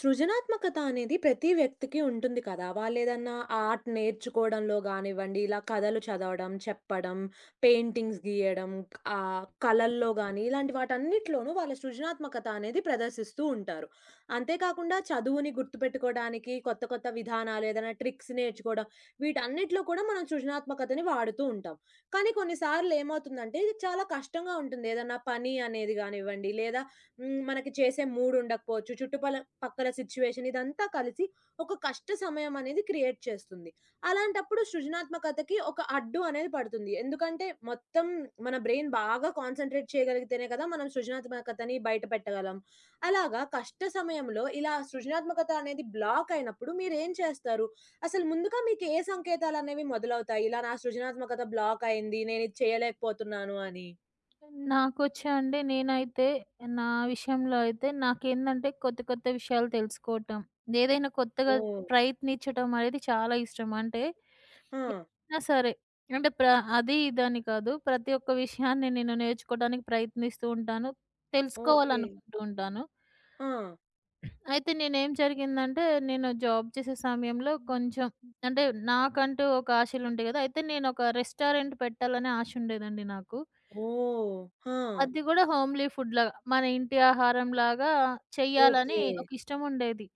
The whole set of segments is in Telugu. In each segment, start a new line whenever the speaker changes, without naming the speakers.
సృజనాత్మకత అనేది ప్రతి వ్యక్తికి ఉంటుంది కదా! వాళ్ళేదన్నా ఆర్ట్ నేర్చుకోవడంలో గానివ్వండి, ఇలా కథలు చదవడం, చెప్పడం, పెయింటింగ్స్ గీయడం, కళల్లో గానీ, ఇలాంటి వాటన్నిటిలోనూ వాళ్ళ సృజనాత్మకత అనేది ప్రదర్శిస్తూ ఉంటారు. అంతేకాకుండా చదువుని గుర్తుపెట్టుకోవడానికి కొత్త, కొత్త విధానాలు, ఏదైనా ట్రిక్స్ నేర్చుకోవడం, వీటన్నిటిలో కూడా మనం సృజనాత్మకతని వాడుతూ ఉంటాం. కానీ కొన్నిసార్లు ఏమవుతుందంటే, ఇది చాలా కష్టంగా ఉంటుంది. ఏదన్నా పని అనేది గానివ్వండి, లేదా మనకి చేసే మూడుండకపోవచ్చు. చుట్టుపల పక్కల సిట్యుయేషన్ ఇదంతా కలిసి ఒక కష్ట సమయం అనేది క్రియేట్ చేస్తుంది. అలాంటప్పుడు సృజనాత్మకతకి ఒక అడ్డు అనేది పడుతుంది. ఎందుకంటే మొత్తం మన బ్రెయిన్ బాగా కాన్సంట్రేట్ చేయగలిగితేనే కదా మనం సృజనాత్మకతని బయట పెట్టగలం. అలాగా కష్ట సమయంలో ఇలా సృజనాత్మకత అనేది బ్లాక్ అయినప్పుడు మీరేం చేస్తారు? అసలు ముందుగా మీకు ఏ సంకేతాలనేవి మొదలవుతాయి? ఇలా నా సృజనాత్మకత బ్లాక్ అయింది. నేనిది చేయలేకపోతున్నాను అని.
నాకొచ్చా అంటే నేనైతే నా విషయంలో అయితే నాకేందంటే కొత్త కొత్త విషయాలు తెలుసుకోవటం. ఏదైనా కొత్తగా
ఓహ్!
ప్రయత్నించటం అనేది చాలా ఇష్టం. అంటే
ఆ!
ఏదైనా సరే అంటే ప్ర అది ఇదని కాదు. ప్రతి ఒక్క విషయాన్ని నేను నేర్చుకోవడానికి ప్రయత్నిస్తూ ఉంటాను.
ఓకే.
తెలుసుకోవాలనుకుంటూ ఉంటాను.
ఆ!
అయితే నేనేం జరిగిందంటే నేను జాబ్ చేసే సమయంలో కొంచెం అంటే నాకంటూ ఒక ఆశలుంటాయి గదా! అయితే నేనొక రెస్టారెంట్ పెట్టాలనే ఆశ ఉండేదండి నాకు.
ఓహ్! ఆ!
అది గూడా హోమ్‌లీ ఫుడ్‌లాగా. మన ఇంటి ఆహారంలాగా చెయ్యాలని
ఓకే.
ఒక ఇష్టం ఉండేది.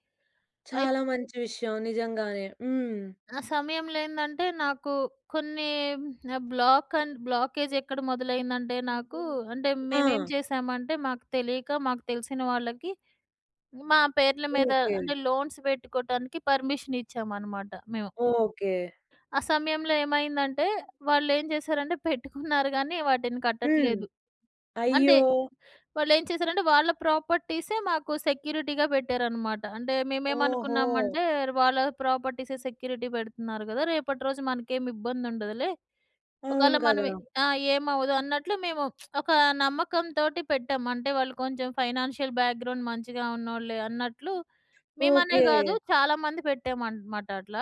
అయిత్
చాలా మంచి విషయం నిజంగానే. హ్మ్.
ఆ సమయంలో ఏందంటే, నాకు కొన్ని బ్లాక్ అండ్ బ్లాకేజ్ ఎక్కడ మొదలైందంటే నాకు అంటే
ఆ!
మేమేం చేశామంటే, మాకు తెలియక, మాకు తెలిసిన వాళ్ళకి మా పేర్ల మీద
ఓకే.
అంటే లోన్స్ పెట్టుకోటానికి పర్మిషన్ ఇచ్చామనమాట మేము.
ఓకే.
ఆ సమయంలో ఏమైందంటే, వాళ్ళేం చేశారంటే పెట్టుకున్నారు గానీ వాటిని
హ్మ్.
కట్టట్లేదు. అంటే
అయ్యో!
వాళ్ళేం చేశారంటే, వాళ్ళ ప్రాపర్టీసే మాకు సెక్యూరిటీగా పెట్టారనమాట. అంటే
ఓహో!
మేమేమనుకున్నామంటే, వాళ్ళ ప్రాపర్టీసే సెక్యూరిటీ పెడుతున్నారు గదా! రేపటి రోజు మనకేమి ఇబ్బందుండదులే. ఒకవేళ
అవును కదా!
మనవి ఆ! ఏమవ్వదు అన్నట్లు మేము ఒక నమ్మకంతోటి పెట్టాం. అంటే వాళ్ళు కొంచెం ఫైనాన్షియల్ బ్యాక్‌గ్రౌండ్ మంచిగా ఉన్నోళ్ళే అన్నట్లు మేమనే
ఓకే.
గాదు చాలామంది పెట్టామనమాట అట్లా.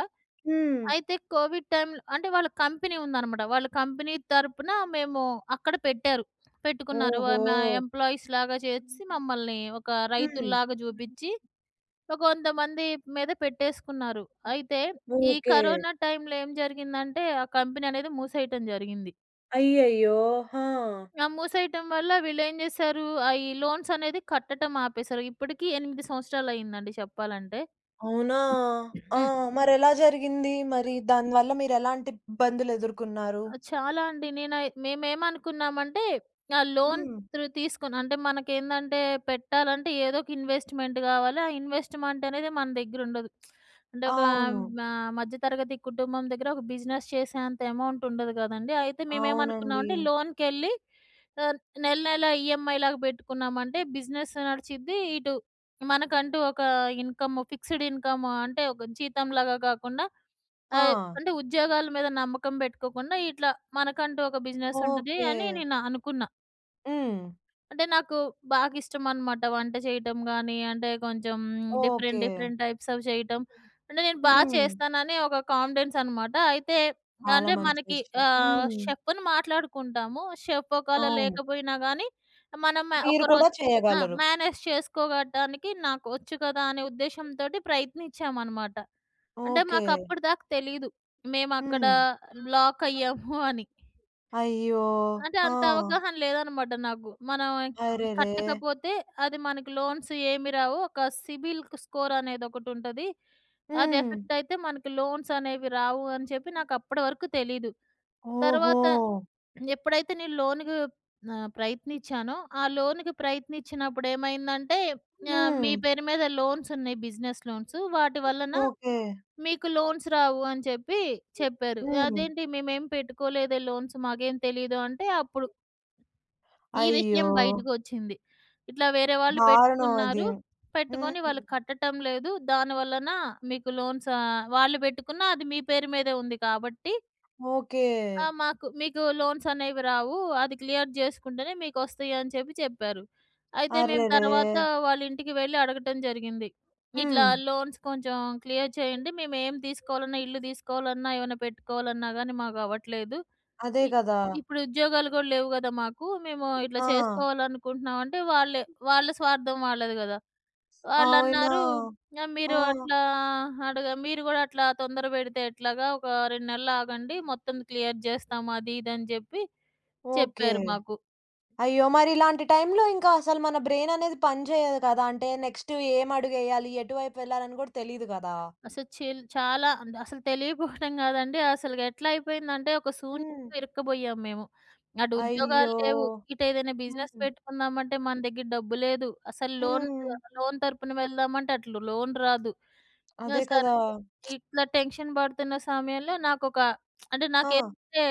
హ్మ్.
అయితే కోవిడ్ టైంలో అంటే వాళ్ళ కంపెనీ ఉందనమాట. వాళ్ళ కంపెనీ తరపున మేము అక్కడ పెట్టారు. పెట్టుకున్నారు.
ఓహో!
మా ఎంప్లాయీస్‌లాగా చేసి మమ్మల్ని ఒక
హ్మ్.
రైతుల్లాగా జూపిచ్చి ఒక 100 మంది మీద పెట్టేసుకున్నారు. అయితే ఈ
ఓకే.
కరోనా టైంలో ఏం జరిగిందంటే ఆ కంపెనీ అనేది మూసేయటం జరిగింది.
అయ్యయ్యో! ఆ!
ఆ మూసేయటం వల్ల వీళ్ళేం జేశారు ఆ ఈ లోన్స్ అనేది కట్టటం ఆపేశారు. ఇప్పటికి 8 సంవత్సరాలయిందండి చెప్పాలంటే.
అవునా! ఆ! మరెలా జరిగింది? మరి దానివల్ల మీరెలాంటి ఇబ్బందులెదుర్కున్నారు?
ఆ! చాలా అండి. మేమేమనుకున్నామంటే లోన్
హ్మ్.
త్రు తీసుకుని అంటే మనకేందంటే పెట్టాలంటే ఏదో ఒక ఇన్వెస్ట్‌మెంట్ గావాలి. ఆ ఇన్వెస్ట్‌మెంట్ అనేది మన దగ్గరుండదు. అంటే ఒక
అవును.
మధ్య తరగతి కుటుంబం దగ్గర ఒక బిజినెస్ చేసేంత అమౌంట్ ఉండదు గదండీ. అయితే
అవునండి.
మేమేమనుకున్నామంటే లోన్‌కెళ్ళి ఆహ్, నెల నెల ఈఎంఐ లాగా బెట్టుకున్నామంటే బిజినెస్ నడిచిద్ది. ఇటు మనకంటూ ఒక ఇన్‌కమ్ ఫిక్స్‌డ్ ఇన్‌కమ్ అంటే ఒక జీతంలాగా గాకుండా ఆహ్,
ఆ!
అంటే ఉద్యోగాల మీద నమ్మకం పెట్టుకోకుండా ఇట్లా మనకంటూ ఒక బిజినెస్ ఉంటది
ఓకే.
అని నేను అనుకున్నా.
హ్మ్.
అంటే నాకు బాగా ఇష్టమనమాట. వంట చేయటం గానీ, అంటే కొంచెం డిఫరెంట్,
ఓకే.
డిఫరెంట్ టైప్స్ అవి చేయటం. అంటే నేను బా
హ్మ్.
చేస్తానని ఒక కాన్ఫిడెన్స్ అనమాట. అయితే
చాలా
అంటే
మంచి
మనకి
విషయం. హ్మ్.
షెఫ్‌ని మాట్లాడుకుంటాము. షెఫ్ ఒకవేళ
అవును.
లేకపోయినా గానీ, మనం
మీరు కూడా
ఒకరోజు ఆ!
చేయగలరు.
మేనేజ్ చేసుకోగటానికి నాకు వచ్చు కదా! అనే ఉద్దేశంతోటి ప్రయత్నించామనమాట. అంటే
ఓకే.
మాకప్పటిదాకా తెలీదు. మేమక్కడ
హ్మ్.
బ్లాక్ అయ్యాము అని.
అయ్యో!
అంటే
ఆ!
అంత అవగాహన లేదనమాట నాకు. మనం
అరెరే!
కట్టకపోతే అది మనకి లోన్స్ ఏమి రావు. ఒక సిబిల్ స్కోర్ అనేది ఒకటుంటది. అది
హ్మ్.
ఎఫెక్ట్ అయితే మనకి లోన్స్ అనేవి రావు అని చెప్పి నాకు అప్పటి వరకు తెలీదు.
ఓహో!
తర్వాత ఎప్పుడైతే నేను లోన్‌కి ప్రయత్నించానో, ఆ లోన్‌కి ప్రయత్నించినప్పుడు ఏమైందంటే మీ
హ్మ్.
పేరు మీద లోన్స్ ఉన్నాయి బిజినెస్ లోన్స్. వాటి వలన
ఓకే.
మీకు లోన్స్ రావు అని చెప్పి చెప్పారు.
హ్మ్.
అదేంటి మేమేం పెట్టుకోలేదే లోన్స్ మాకేం తెలీదు అంటే అప్పుడు ఈ విషయం
అయ్యో!
బయటకొచ్చింది. ఇట్లా వేరే వాళ్ళు
దారుణం అది.
పెట్టుకున్నారు.
హ్మ్.
పెట్టుకొని వాళ్ళు కట్టటం లేదు. దాని వలన మీకు లోన్స్ వాళ్ళు పెట్టుకున్న అది మీ పేరు మీదే ఉంది కాబట్టి
ఓకే.
ఆ! మాకు మీకు లోన్స్ అనేవి రావు. అది క్లియర్ చేసుకుంటేనే మీకొస్తాయి అని చెప్పి చెప్పారు. అయితే మేము
అరెరే!
తర్వాత వాళ్ళ ఇంటికి వెళ్లి అడగటం జరిగింది. ఇట్లా
హ్మ్.
లోన్స్ కొంచెం క్లియర్ చేయండి. మేము ఏం తీసుకోవాలన్నా ఇల్లు తీసుకోవాలన్నా, ఏమైనా పెట్టుకోవాలన్నా గాని మాకు అవ్వట్లేదు.
అదే
ఇ
కదా!
ఇప్పుడు ఉద్యోగాలు కూడా లేవు గదా! మాకు. మేము ఇట్లా
ఆ!
చేసుకోవాలనుకుంటున్నాం అంటే వాళ్ళే వాళ్ళ స్వార్థం వాళ్ళది గదా!
అవునా!
వాళ్ళన్నారు, "ఆ!
ఆ!
మీరు అట్లా మీరు గూడా అట్లా తొందర పెడితే ఎట్లాగా? ఒక 2 నెలలాగండి. మొత్తం క్లియర్ జేస్తాం." అది ఇది అని జెప్పి
ఓకే.
చెప్పారు మాకు.
అయ్యో! మరి ఇలాంటి టైంలో ఇంకా అసలు మన బ్రెయిన్ అనేది పని చేయదు కదా! అంటే నెక్స్ట్ ఏం అడుగేయాలి? ఎటువైపు వెళ్ళాలని కూడా తెలీదు కదా!
అసలు చిల్ చాలా అంటే అసలు తెలియకపోవడం గాదండి. అసలుకి ఎట్లా అయిపోయిందంటే ఒక
హ్మ్.
శూన్యంలో ఇరుక్కుబోయాం మేము. అటు ఉద్యోగాలు
అయ్యో!
లేవు. ఇటు ఏదైనా బిజినెస్
హ్మ్.
పెట్టుకుందామంటే మన దగ్గర డబ్బు లేదు. అసలు లోన్
హ్మ్.
లోన్ తరపున వెళ్దామంటే అట్లు లోన్ రాదు. ఆ!
అదే
సరే.
కదా!
ఇట్లా టెన్షన్ పడుతున్న సమయంలో నాకొక అంటే
ఆ!
నాకేంటంటే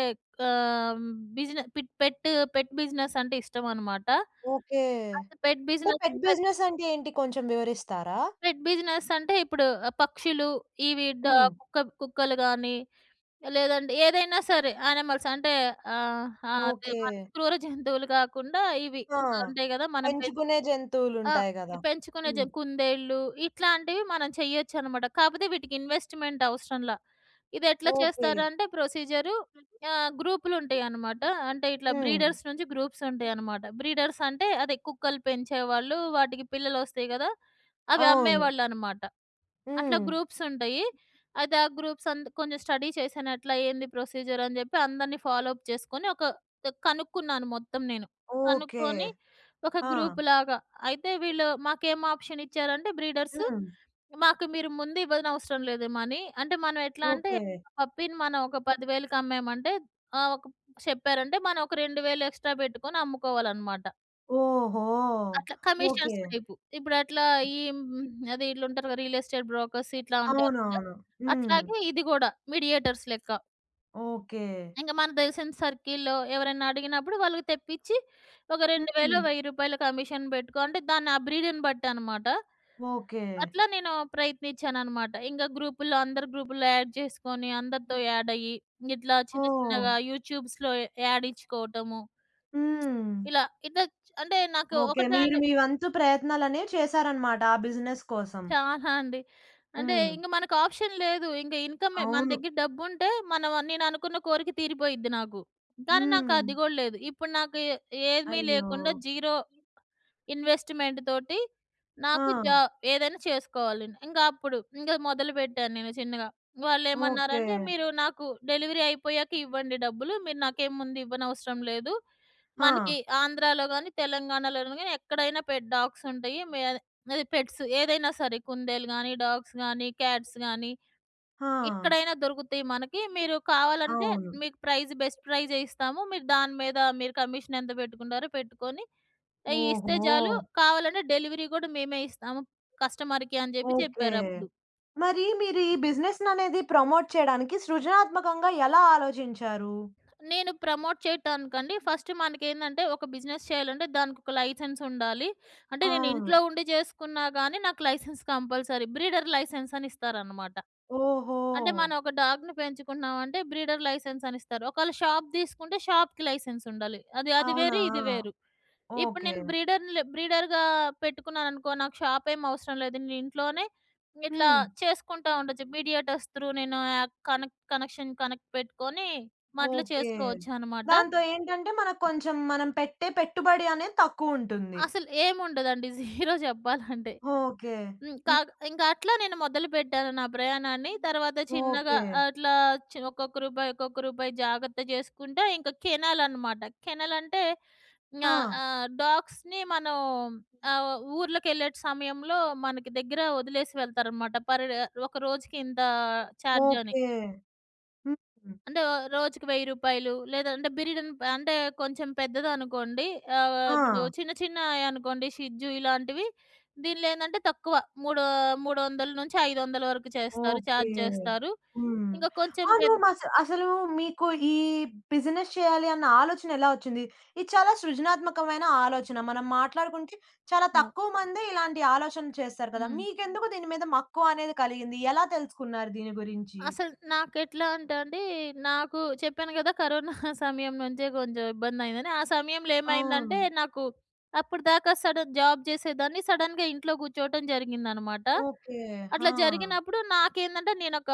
ఆహ్, బిజినె పిట్ పెట్ బిజినెస్ అంటే ఇష్టమనమాట.
ఓకే.
అయితే
అంటే పెట్ బిజినెస్ అంటే ఏంటి కొంచెం వివరిస్తారా?
పెట్ బిజినెస్ అంటే ఇప్పుడు పక్షులు, ఇవి డ
హ్మ్.
కుక్కలు గాని, లేదంటే ఏదైనా సరే యానిమల్స్ అంటే ఆహ్, ఆహ్, అదే
ఓకే.
మనకి క్రూర జంతువులు కాకుండా ఇవి
ఆ!
ఉంటాయి గదా! మనం పెంచే
పెంచుకునే
ఆ!
జంతువులుంటాయి గదా!
పెంచుకునే జ
హ్మ్.
కుందేళ్ళు ఇట్లాంటివి మనం చెయ్యొచ్చనమాట. కాపోతే వీటికి ఇన్వెస్ట్‌మెంట్ అవసరంలా. ఇదెట్లా
ఓకే.
చేస్తారంటే ప్రొసీజరు గ్రూపులుంటాయనమాట. అంటే ఇట్లా
హ్మ్.
బ్రీడర్స్ నుంచి గ్రూప్స్ ఉంటాయనమాట. బ్రీడర్స్ అంటే అదే కుక్కలు పెంచేవాళ్ళు, వాటికి పిల్లలొస్తాయి గదా! అవి
అవును.
అమ్మేవాళ్ళనమాట. అట్లా
హ్మ్.
గ్రూప్స్ ఉంటాయి. అయితే ఆ గ్రూప్స్ అందు కొంచెం స్టడీ చేశాను. అట్లా ఏంది ప్రొసీజర్ అని జెప్పి అందరిని ఫాలో అప్ చేసుకొని ఒక కనుక్కున్నాను మొత్తం నేను.
ఓకే.
కనుక్కొని ఒక
ఆ!
గ్రూప్‌లాగా అయితే వీళ్ళు మాకేం ఆప్షన్ ఇచ్చారంటే బ్రీడర్స్
హ్మ్.
మాకు మీరు ముందు ఇవ్వనవసరం లేదు మనీ. అంటే మనం ఎట్లా అంటే
ఓకే.
పప్పీని మనం ఒక 10,000కి అమ్మామంటే ఒక చెప్పారంటే మనం ఒక 2,000 ఎక్స్‌ట్రా పెట్టుకొని అమ్ముకోవాలన్నమాట.
ఓహో!
అట్లా
ఓకే.
Commissions type. ఇప్పుడట్లా ఈ అదే ఈళ్ళుంటారు కదా! రియల్ ఎస్టేట్ బ్రోకర్స్ ఇట్లా ఉంటారు కదా!
అవునవును. హ్మ్.
అట్లాగే ఇది గూడా మీడియేటర్స్ లెక్క.
ఓకే.
ఇంక మనకు తెలిసిన సర్కిల్‌లో ఎవరైనా అడిగినప్పుడు వాళ్ళకి తెప్పిచ్చి ఒక 2,000
హ్మ్.
రూ. 1000 కమిషన్ బెట్టుకో అంటే దాన్ని ఆ బ్రీడ్‌ని బట్టనమాట.
ఓకే.
అట్లా నేను ప్రయత్నిచ్చాననమాట. ఇంక గ్రూపుల్లో అందరి గ్రూపుల్లో యాడ్ చేసుకొని అందరితో యాడ్ అయ్యి, ఇట్లా చిన్న
ఓహ్!
చిన్నగా యూట్యూబ్స్‌లో యాడ్ ఇచ్చుకోవటము.
హ్మ్.
ఇలా ఇట్లా చ్ అంటే నాకు
ఓకే.
ఒకటే
మీరు
అని
మీ వంతు ప్రయత్నాలనేవి చేశారనమాట ఆ బిజినెస్ కోసం.
చాలా అండి. అంటే
హ్మ్.
ఇంక మనకు ఆప్షన్ లేదు. ఇంక ఇన్‌కమే మన
అవును.
దగ్గర డబ్బుంటే మనం నేననుకున్న కోరిక తీరిపోయిద్ది నాకు. కానీ నాకు
హ్మ్.
అది గూడా లేదు. ఇప్పుడు నాకు ఏమీ
అయ్యో!
లేకుండా జీరో ఇన్వెస్ట్‌మెంట్ తోటి
ఆ!
నాకు జా ఏదైనా చేసుకోవాలి. ఇంక అప్పుడు ఇంక మొదలుపెట్టాను నేను చిన్నగా.
ఓకే.
వాళ్ళేమన్నారంటే, "మీరు నాకు డెలివరీ అయిపోయాక ఇవ్వండి డబ్బులు. మీరు నాకేం ముందు ఇవ్వనవసరం లేదు.
ఆ!
మనకి ఆంధ్రాలో గాని, తెలంగాణలోను గాని ఎక్కడైనా పెట్ డాగ్స్ ఉంటాయి. అది పెట్స్ ఏదైనా సరే కుందేలు గాని, డాగ్స్ గాని, క్యాట్స్ గాని
ఆ!
ఎక్కడైనా దొరుకుతాయి మనకి. మీరు కావాలంటే
అవును.
మీకు బెస్ట్ ప్రైజే ఇస్తాము. మీరు దాని మీద మీరు కమిషన్ ఎంత పెట్టుకుంటారో పెట్టుకొని ఇస్తే
ఓహో!
చాలు. కావాలంటే డెలివరీ గూడా మేమే ఇస్తాము కస్టమర్‌కి అని జెప్పి
ఓకే.
చెప్పారప్పుడు.
మరి మీరు ఈ బిజినెస్‌ననేది ప్రమోట్ చేయడానికి సృజనాత్మకంగా ఎలా ఆలోచించారు?
నేను ప్రమోట్ చేయటానికండి ఫస్ట్ మనకేందంటే ఒక బిజినెస్ చేయాలంటే దానికొక లైసెన్స్ ఉండాలి. అంటే నేను
అవును.
ఇంట్లో ఉండి జేసుకున్నా గానీ నాకు లైసెన్స్ కంపల్సరీ. బ్రీడర్ లైసెన్స్ అని ఇస్తారనమాట.
ఓహో!
అంటే మనం ఒక డాగ్‌ని పెంచుకున్నామంటే బ్రీడర్ లైసెన్స్ అని ఇస్తారు. ఒకవేళ షాప్ తీసుకుంటే షాప్‌కి లైసెన్స్ ఉండాలి. అది అది
అవునా?
వేరు, ఇది వేరు. ఇప్పుడు
ఓకే.
నేను బ్రీడర్‌గా పెట్టుకున్నాననుకో నాకు షాప్ ఏమి అవసరం లేదు. నేను ఇంట్లోనే ఇట్లా
హ్మ్.
చేసుకుంటా ఉండొచ్చు. మీడియేటర్స్ త్రూ నేను యాప్ కనెక్ట్ కనెక్షన్ కనెక్ట్ పెట్టుకొని అట్లా
ఓకే.
చేసుకోవచ్చనమాట.
దాంతో ఏంటంటే మనకు కొంచెం మనం పెట్టే పెట్టుబడి అనేది తక్కువుంటుంది.
అసలు ఏముండదండి. జీరో చెప్పాలంటే.
ఓకే.
హ్మ్.
హ్మ్.
ఇంక అట్లా నేను మొదలుపెట్టాను నా ప్రయాణాన్ని. తర్వాత చిన్నగా
ఓకే.
అట్లా ఒక్కొక్క రూపాయి, ఒక్కొక్క రూపాయి జాగ్రత్త జేసుకుంటా ఇంకా కెనాలనమాట. కెనాలంటే ఇంగా
ఆ!
డాగ్స్‌ని మనం ఊర్లకెళ్ళే సమయంలో మనకి దగ్గర వదిలేసి వెళ్తారనమాట. పర్ డే ఒక రోజుకి ఇంత చార్జ్ అని.
ఓకే. హ్మ్.
అంటే రోజుకి రూ. 1000 లేదా అంటే బిరిడన్ అంటే కొంచెం పెద్దదనుకోండి.
ఆ!
ఇప్పుడు చిన్న చిన్నయి అనుకోండి షిట్జూ ఇలాంటివి. దీనిలో ఏందంటే తక్కువ మూడు 300-500 వరకు చేస్తారు.
ఓకే.
చార్జ్ చేస్తారు.
హ్మ్.
ఇంకా కొంచెం
అవును.
పెద్ద
అసలు మీకు ఈ బిజినెస్ చేయాలి అన్న ఆలోచన ఎలా వచ్చింది? ఇది చాలా సృజనాత్మకమైన ఆలోచన. మనం మాట్లాడుకుంటే చాలా
ఆ!
తక్కువ మందే ఇలాంటి ఆలోచనలు చేస్తారు కదా!
హ్మ్.
మీకెందుకు దీని మీద మక్కువ అనేది కలిగింది? ఎలా తెలుసుకున్నారు దీని గురించి?
అసలు నాకెట్లా అంటే అండి, నాకు చెప్పాను గదా! కరోనా సమయం నుంచే కొంచెం ఇబ్బందయిందని. ఆ సమయంలో
అవును.
ఏమైందంటే, నాకు అప్పటిదాకా సడన్ జాబ్ చేసేదాన్ని. సడెన్‌గా ఇంట్లో కూర్చోవటం జరిగిందనమాట.
ఓకే. ఆ!
అట్లా జరిగినప్పుడు నాకేందంటే, నేనొక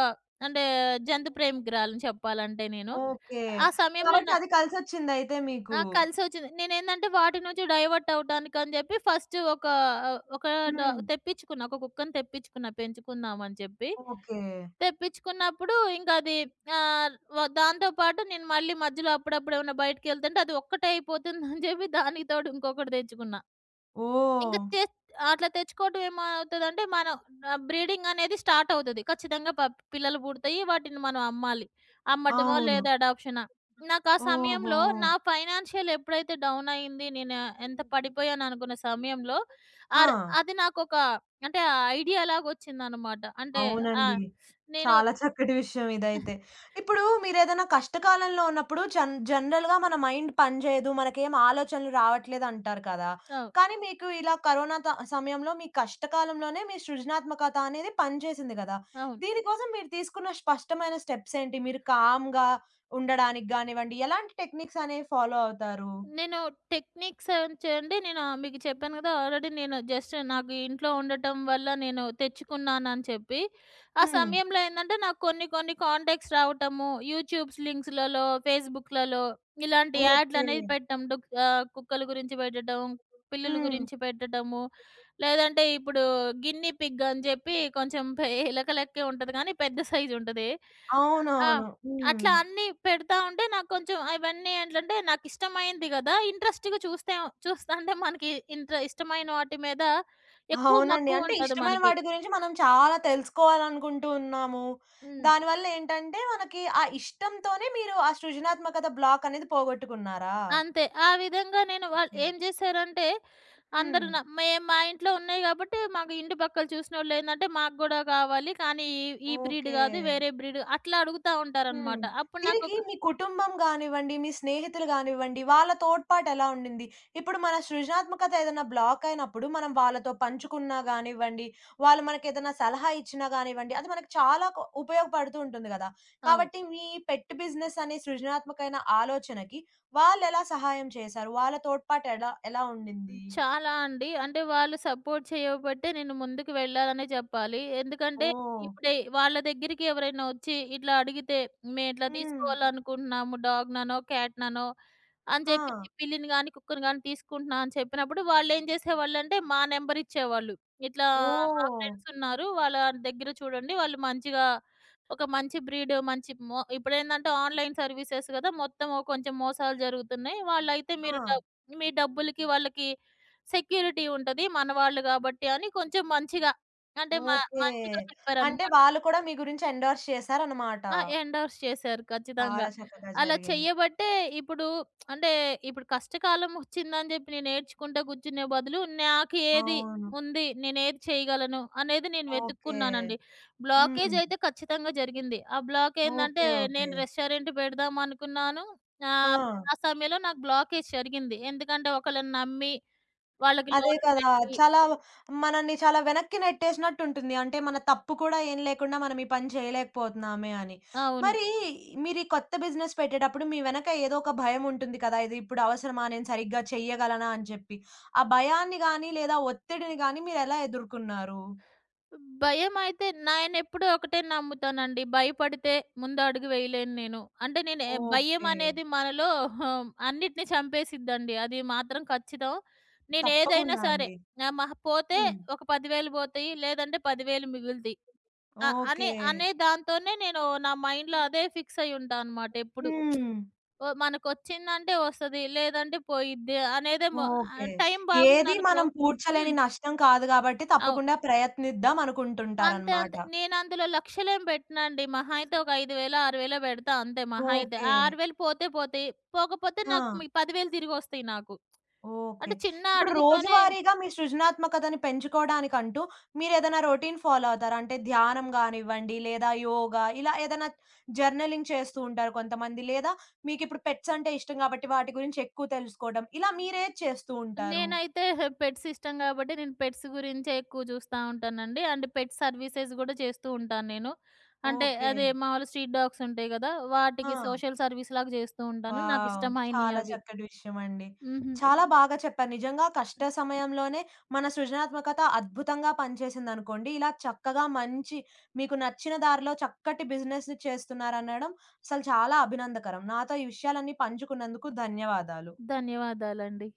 అంటే జంతు ప్రేమికురాలిని చెప్పాలంటే నేను.
ఓకే.
ఆ సమయంలో
కాబట్టి
నా
అది కలిసొచ్చిందయితే
ఆ!
మీకు.
కలిసొచ్చింది. నేనేందంటే, వాటి నుంచి డైవర్ట్ అవ్వటానికని జెప్పి ఫస్ట్ ఒక ఒక డా
హ్మ్.
తెప్పించుకున్నా. ఒక కుక్కని తెప్పించుకున్నా పెంచుకుందామని చెప్పి.
ఓకే.
తెప్పించుకున్నప్పుడు ఇంకా అది ఆహ్, వ దాంతో పాటు నేను మళ్ళీ మధ్యలో అప్పుడప్పుడు ఏమైనా బయటికెళ్తుంటే అది ఒక్కటే అయిపోతుందని చెప్పి దానికి తోడు ఇంకొకటి తెచ్చుకున్నా. ఇంక
ఓహ్!
తె అట్లా తెచ్చుకోవడం ఏమవుతదంటే మనం బ్రీడింగ్ అనేది స్టార్ట్ అవుతది. ఖచ్చితంగా పిల్లలు పుడతాయి. వాటిని మనం అమ్మాలి. అమ్మటమో
అవును.
లేదా అడాప్షనా. నాకు ఆ
ఓహో!
సమయంలో నా ఫైనాన్షియల్ ఎప్పుడైతే డౌన్ అయింది, నేను ఎంత పడిపోయాను అనుకున్న సమయంలో
ఆ!
ఆర్ అది నాకొక అంటే ఐడియా లాగొచ్చిందనమాట. అంటే
అవునండి.
ఆహ్, నేను
చాలా చక్కటి విషయం ఇదైతే. ఇప్పుడు మీరేదైనా కష్టకాలంలో ఉన్నప్పుడు జనరల్‌గా మన మైండ్ పనిచేయదు. మనకేం ఆలోచనలు రావట్లేదు అంటారు కదా!
అవు
కానీ మీకు ఇలా కరోనా సమయంలో మీ కష్టకాలంలోనే మీ సృజనాత్మకత అనేది పనిచేసింది గదా!
అవును.
దీని కోసం మీరు తీసుకున్న స్పష్టమైన స్టెప్స్ ఏంటి? మీరు కామ్‌గా ఉండడానికి గానివ్వండి, ఎలాంటి టెక్నిక్స్ అనేవి ఫాలో అవుతారు?
నేను టెక్నిక్స్ అని చేయండి నేను మీకు చెప్పాను కదా! ఆల్రెడీ నేను జస్ట్ నాకు ఇంట్లో ఉండటం వల్ల నేను తెచ్చుకున్నానని చెప్పి. ఆ
హ్మ్.
సమయంలో ఏందంటే నాకు కొన్ని కొన్ని కాంటాక్ట్స్ రావటము, యూట్యూబ్స్ లింక్స్‌లలో, ఫేస్‌బుక్‌లలో ఇలాంటి
ఓకే.
యాడ్‌లనేవి పెట్టడం. కుక్కల గురించి పెట్టడం, పిల్లుల
హ్మ్.
గురించి పెట్టడము, లేదంటే ఇప్పుడు గిన్నీ పిగ్ అని చెప్పి కొంచెం ఎలక లెక్కే ఉంటది కానీ పెద్ద సైజ్ ఉంటది. ఆ!
అవునవును. హ్మ్.
అట్లా అన్నీ పెడతా ఉంటే నాకు కొంచెం అవన్నీ ఏంటంటే నాకిష్టమైంది గదా! ఇంట్రెస్ట్‌గా చూస్తే చూస్తా అంటే మనకి ఇంట్ర ఇష్టమైన వాటి మీద ఎక్కువ
అవునండి.
మక్కువ
అంటే
ఉంటది
ఇష్టమైన
మనకి.
వాటి గురించి మనం చాలా తెలుసుకోవాలనుకుంటూ ఉన్నాము.
హ్మ్.
దానివల్ల ఏంటంటే మనకి ఆ ఇష్టంతోనే మీరు ఆ సృజనాత్మకత బ్లాక్ అనేది పోగొట్టుకున్నారా?
అంతే. ఆ విధంగా నేను వాళ్ళు
ఓకే.
ఏం జేశారంటే అందరూ
హ్మ్.
న మేము మా ఇంట్లో ఉన్నాయి గాబట్టి మాకు ఇంటి పక్కల చూసినోళ్ళేందంటే మాకు గూడా కావాలి. కానీ ఈ ఈ బ్రీడ్
ఓకే.
గాదు వేరే బ్రీడ్ అట్లా అడుగుతా
హ్మ్.
ఉంటారనమాట. అప్పుడు
దీనికి
నాకొక
మీ కుటుంబం గానివ్వండి, మీ స్నేహితులు గానివ్వండి, వాళ్ళ తోడ్పాటు ఎలా ఉండింది? ఇప్పుడు మన సృజనాత్మకత ఏదైనా బ్లాక్ అయినప్పుడు మనం వాళ్ళతో పంచుకున్నా గానివ్వండి, వాళ్ళు మనకేదైనా సలహా ఇచ్చినా గానివ్వండి, అది మనకు చాలా ఉపయోగపడుతూ ఉంటుంది గదా!
అవును.
కాబట్టి మీ పెట్ బిజినెస్ అనే సృజనాత్మకమైన ఆలోచనకి వాళ్ళెలా సహాయం చేశారు? వాళ్ళ తోడ్పాటు ఎలా ఎలా ఉండింది?
చాలా అండి. అంటే వాళ్ళు సపోర్ట్ చేయబట్టే నేను ముందుకు వెళ్ళాలనే చెప్పాలి. ఎందుకంటే
ఓహ్!
ఇప్పుడే వాళ్ళ దగ్గరికి ఎవరైనా వచ్చి ఇట్లా అడిగితే, "మేము ఇట్లా
హ్మ్.
తీసుకోవాలనుకుంటున్నాము డాగ్‌ననో, క్యాట్‌ననో" అని
ఆ!
చెప్పేసి పిల్లిని గాని, కుక్కని గాని తీసుకుంటున్నా అని చెప్పినప్పుడు వాళ్ళేం చేసేవాళ్ళంటే మా నెంబర్ ఇచ్చేవాళ్ళు. ఇట్లా మా
ఓహ్!
ఫ్రెండ్స్ ఉన్నారు. వాళ్ళ దగ్గర చూడండి వాళ్ళు మంచిగా ఒక మంచి బ్రీడ్ మంచి మొ ఇప్పుడేందంటే ఆన్‌లైన్ సర్వీసెస్ కదా! మొత్తం ఓ కొంచెం మోసాలు జరుగుతున్నాయి. వాళ్ళైతే
ఆ!
మీరు డబ్ మీ డబ్బులకి వాళ్ళకి సెక్యూరిటీ ఉంటది. మనవాళ్ళు గాబట్టి అని కొంచెం మంచిగా అంటే మ
ఓకే.
మంచిగా
అంటే
చెప్పారనమాట.
వాళ్ళు కూడా మీ గురించి ఎండోర్స్ చేశారన్నమాట.
ఆ! ఎండోర్స్ చేశారు ఖచ్చితంగా.
చాలా చక్కగా
అలా
జరిగింది.
చెయ్యబట్టే ఇప్పుడు అంటే ఇప్పుడు కష్టకాలం ఒచ్చిందని జెప్పి నేను ఏడ్చుకుంటా కూర్చునే బదులు నాకు ఏది
అవును.
ఉంది? నేనేది చేయగలను? అనేది నేను
ఓకే.
వెతుక్కున్నానండి. బ్లాకేజ్
హ్మ్.
అయితే ఖచ్చితంగా జరిగింది. ఆ బ్లాక్ ఏందంటే
ఓకే. ఓకే.
నేను రెస్టారెంట్ పెడదాం అనుకున్నాను.
ఆ!
ఆహ్, ఆ సమయంలో నాకు బ్లాకేజ్ జరిగింది. ఎందుకంటే ఒకళ్ళని నమ్మి వాళ్ళకి
అదే
లోన్‌లు
కదా!
పెట్టి
చాలా మనల్ని చాలా వెనక్కి నెట్టేసినట్టుంటుంది. అంటే మన తప్పు కూడా ఏం లేకుండా మనం ఈ పని చేయలేకపోతున్నామే అని.
అవును.
మరి మీరు ఈ కొత్త బిజినెస్ పెట్టేటప్పుడు మీ వెనక ఏదో ఒక భయం ఉంటుంది కదా! ఇది ఇప్పుడు అవసరమా? నేను సరిగ్గా చెయ్యగలనా? అని చెప్పి. ఆ భయాన్ని గాని లేదా ఒత్తిడిని గాని మీరెలా ఎదుర్కున్నారు?
భయమైతే నేనెప్పుడూ ఒకటే నమ్ముతానండి. భయపడితే ముందు అడుగు వేయలేను నేను. అంటే నేను భయం
ఓకే.
అనేది మనలో హమ్, అన్నిటిని చంపేసిద్దండి. అది మాత్రం ఖచ్చితం. నేనేదైనా
తప్పకుండా
సరే
అండి.
మహా పోతే
హ్మ్.
ఒక 10,000 పోతాయి. లేదంటే 10,000 మిగులుతాయి. అ అనే
ఓకే.
అనే దాంతోనే నేను నా మైండ్‌లో అదే ఫిక్స్ అయ్యి ఉంటా అనమాట ఎప్పుడు.
హ్మ్.
ఓ మనకొచ్చిందంటే వస్తది. లేదంటే పోయిద్ది అనేదే
ఓకే.
టైం
ఏది
బాగుందనుకో
మనం
హ్మ్.
పూడ్చలేని నష్టం కాదు గాబట్టి
అవు
తప్పకుండా ప్రయత్నిద్దాం
అంతే.
అనుకుంటుంటారనమాట.
అంతే. నేనందులో లక్షలేం పెట్టనండి. మహా అయితే ఒక 5,000, 6,000 పెడతా అంతే మహా అయితే.
ఓకే.
ఆ 6,000 పోతే పోతాయి. పోకపోతే
ఆ!
నాకు మీ 10,000 తిరిగొస్తాయి నాకు.
ఓకే.
అంటే చిన్న
ఇప్పుడు
అడుగుతోనే
రోజువారీగా మీ సృజనాత్మకతని పెంచుకోవడానికంటూ మీరేదైనా రొటీన్ ఫాలో అవుతారా? అంటే ధ్యానం గానివ్వండి, లేదా యోగా ఇలా ఏదైనా జర్నలింగ్ చేస్తూ ఉంటారు కొంతమంది. లేదా మీకిప్పుడు పెట్స్ అంటే ఇష్టం గాబట్టి వాటి గురించి ఎక్కువ తెలుసుకోవడం. ఇలా మీరేది చేస్తూ ఉంటారు?
నేనైతే పెట్స్ ఇష్టం గాబట్టి నేను పెట్స్ గురించే ఎక్కువ చూస్తా ఉంటానండి. అండ్ పెట్ సర్వీసెస్ గూడా చేస్తూ ఉంటాను నేను. అంటే
ఓకే.
అదే మామూలు స్ట్రీట్ డాగ్స్ ఉంటాయి గదా!
ఆ!
వాటికి సోషల్ సర్వీస్ లాగా చేస్తూ ఉంటాను.
వావ్!
నాకిష్టమైనయి
చాలా
అవి.
చక్కటి విషయమండి.
హుహు.
చాలా బాగా చెప్పారు. నిజంగా కష్ట సమయంలోనే మన సృజనాత్మకత అద్భుతంగా పనిచేసిందనుకోండి. ఇలా చక్కగా మంచి మీకు నచ్చిన దారిలో చక్కటి బిజినెస్‌ని చేస్తున్నారనడం అసలు చాలా అభినందకరం. నాతో ఈ విషయాలన్నీ పంచుకున్నందుకు ధన్యవాదాలు.
ధన్యవాదాలండి.